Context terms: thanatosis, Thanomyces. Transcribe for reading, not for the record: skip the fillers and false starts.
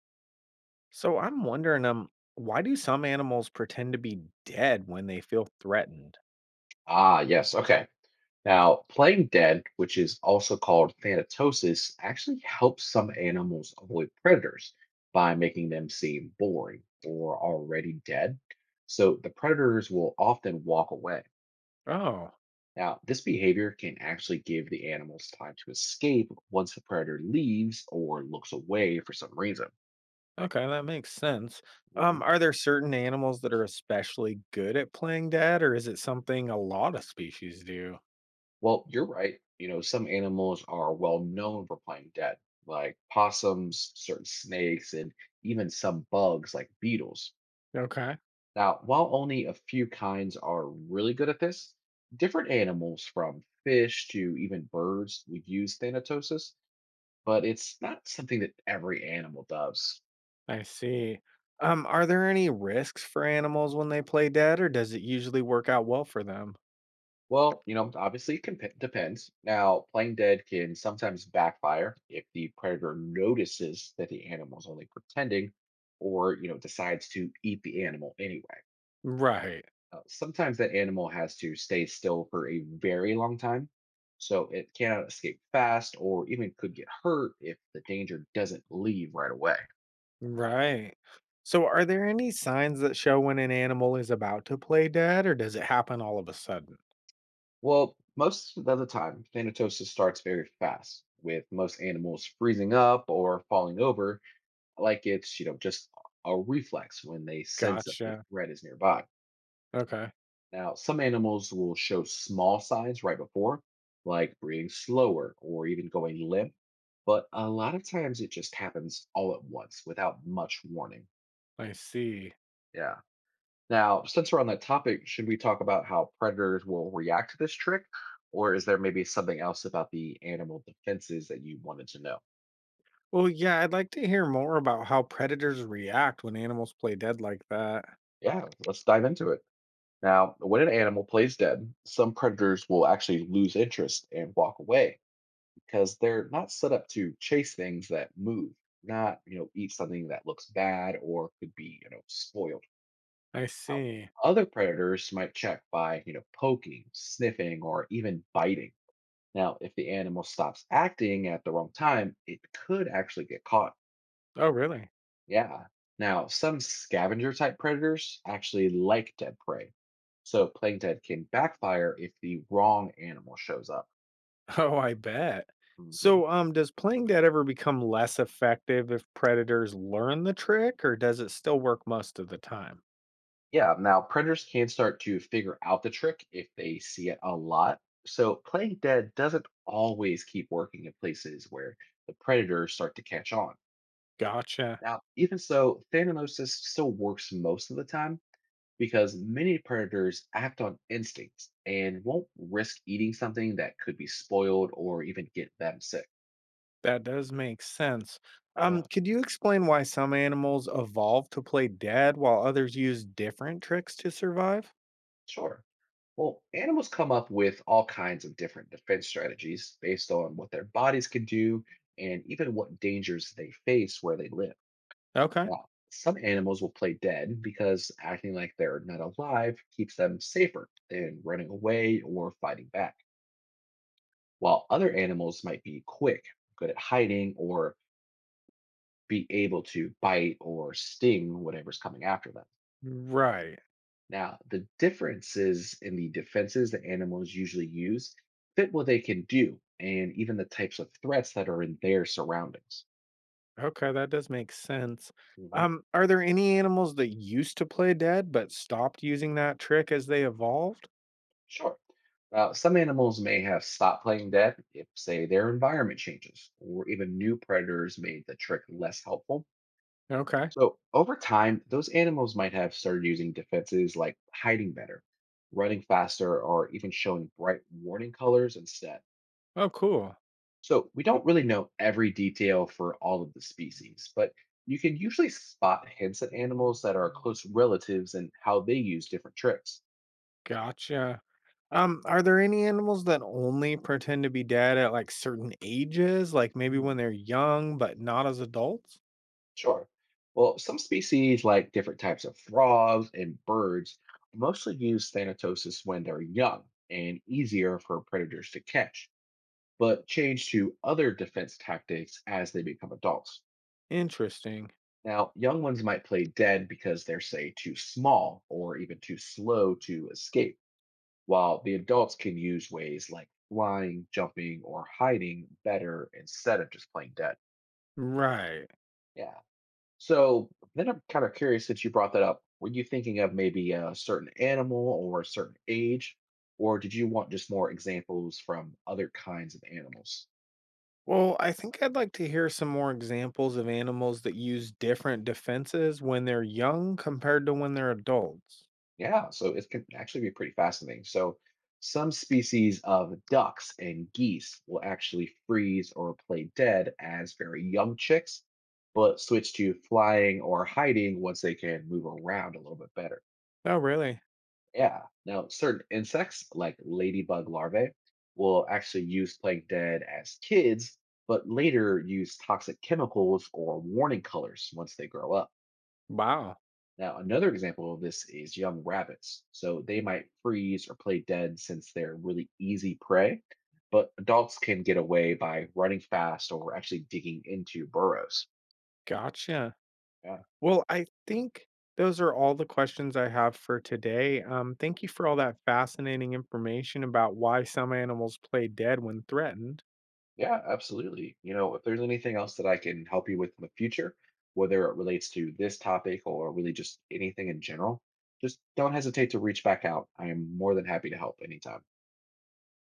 So I'm wondering, why do some animals pretend to be dead when they feel threatened? Ah, yes. Okay. Now, playing dead, which is also called thanatosis, actually helps some animals avoid predators by making them seem boring or already dead. So the predators will often walk away. Oh, Now, this behavior can actually give the animals time to escape once the predator leaves or looks away for some reason. okay, that makes sense. Mhm. Are there certain animals that are especially good at playing dead, or is it something a lot of species do? Well, you're right. You know, some animals are well known for playing dead, like possums, certain snakes, and even some bugs like beetles. Okay, Now, while only a few kinds are really good at this, different animals from fish to even birds would use thanatosis, but it's not something that every animal does. I see. Are there any risks for animals when they play dead, or does it usually work out well for them? Well, you know, obviously it depends. Now, playing dead can sometimes backfire if the predator notices that the animal's only pretending or, you know, decides to eat the animal anyway. Right, Sometimes that animal has to stay still for a very long time, so it cannot escape fast or even could get hurt if the danger doesn't leave right away. right. So, are there any signs that show when an animal is about to play dead, or does it happen all of a sudden? Well, most of the time, thanatosis starts very fast, with most animals freezing up or falling over like it's, you know, just a reflex when they sense a big Gotcha. threat is nearby. Okay, Now, some animals will show small signs right before, like breathing slower or even going limp, but a lot of times it just happens all at once without much warning. I see. Yeah. Now, since we're on that topic, should we talk about how predators will react to this trick? Or is there maybe something else about the animal defenses that you wanted to know? Well, yeah, I'd like to hear more about how predators react when animals play dead like that. Yeah, let's dive into it. Now, when an animal plays dead, some predators will actually lose interest and walk away because they're not set up to chase things that move, not, you know, eat something that looks bad or could be, you know, spoiled I out. see. Other predators might check by, you know, poking, sniffing, or even biting. Now, if the animal stops acting at the wrong time, it could actually get caught. Oh, really? Yeah. Now, some scavenger type predators actually like dead prey. So playing dead can backfire if the wrong animal shows up. Oh, I bet. Mhm. So, does playing dead ever become less effective if predators learn the trick, or does it still work most of the time? Yeah. Now, predators can start to figure out the trick if they see it a lot. So playing dead doesn't always keep working in places where the predators start to catch on. Gotcha. Now, even so, Thanomyces still works most of the time because many predators act on instincts and won't risk eating something that could be spoiled or even get them sick. That does make sense. Yeah, Could you explain why some animals evolve to play dead while others use different tricks to survive? sure. Well, animals come up with all kinds of different defense strategies based on what their bodies can do and even what dangers they face where they live. Okay. Now, some animals will play dead because acting like they're not alive keeps them safer than running away or fighting back, while other animals might be quick, good at hiding, or be able to bite or sting whatever's coming after them. Right. Now, the differences in the defenses that animals usually use fit what they can do and even the types of threats that are in their surroundings. Okay, that does make sense. Mhm. Are there any animals that used to play dead but stopped using that trick as they evolved? Sure. Now, some animals may have stopped playing dead if, say, their environment changes or even new predators made the trick less helpful. Okay. So, over time, those animals might have started using defenses like hiding better, running faster, or even showing bright warning colors instead. Oh, cool. So we don't really know every detail for all of the species, but you can usually spot hints at animals that are close relatives and how they use different tricks. Gotcha. Are there any animals that only pretend to be dead at like certain ages, like maybe Hmm, when they're young but not as adults? sure. Well, some species, like different types of frogs and birds, mostly use thanatosis when they're young and easier for predators to catch, but change to other defense tactics as they become adults. Interesting. Now, young ones might play dead because they're, say, too small or even too slow to escape while the adults can use ways like flying, jumping, or hiding better instead of just playing dead. Right. Yeah. So then I'm kind of curious since you brought that up. Were you thinking of maybe a certain animal or a certain age, or did you want just more examples from other kinds of animals? Well, I think I'd like to hear some more examples of animals that use different defenses when they're young compared to when they're adults. Yeah, so it can actually be pretty fascinating. So, some species of ducks and geese will actually freeze or play dead as very young chicks, but switch to flying or hiding once they can move around a little bit better. Oh, really? Yeah. Now, certain insects like ladybug larvae will actually use playing dead as kids, but later use toxic chemicals or warning colors once they grow up. Wow. Now, another example of this is young rabbits. So they might freeze or play dead since they're really easy prey, but adults can get away by running fast or actually digging into burrows. Gotcha. Yeah, Well, I think those are all the questions I have for today. Thank you for all that fascinating information about why some animals play dead when threatened. yeah, absolutely. You know, if there's anything else that I can help you with in the future, whether it relates to this topic or really just anything in general, just don't hesitate to reach back out. I am more than happy to help anytime.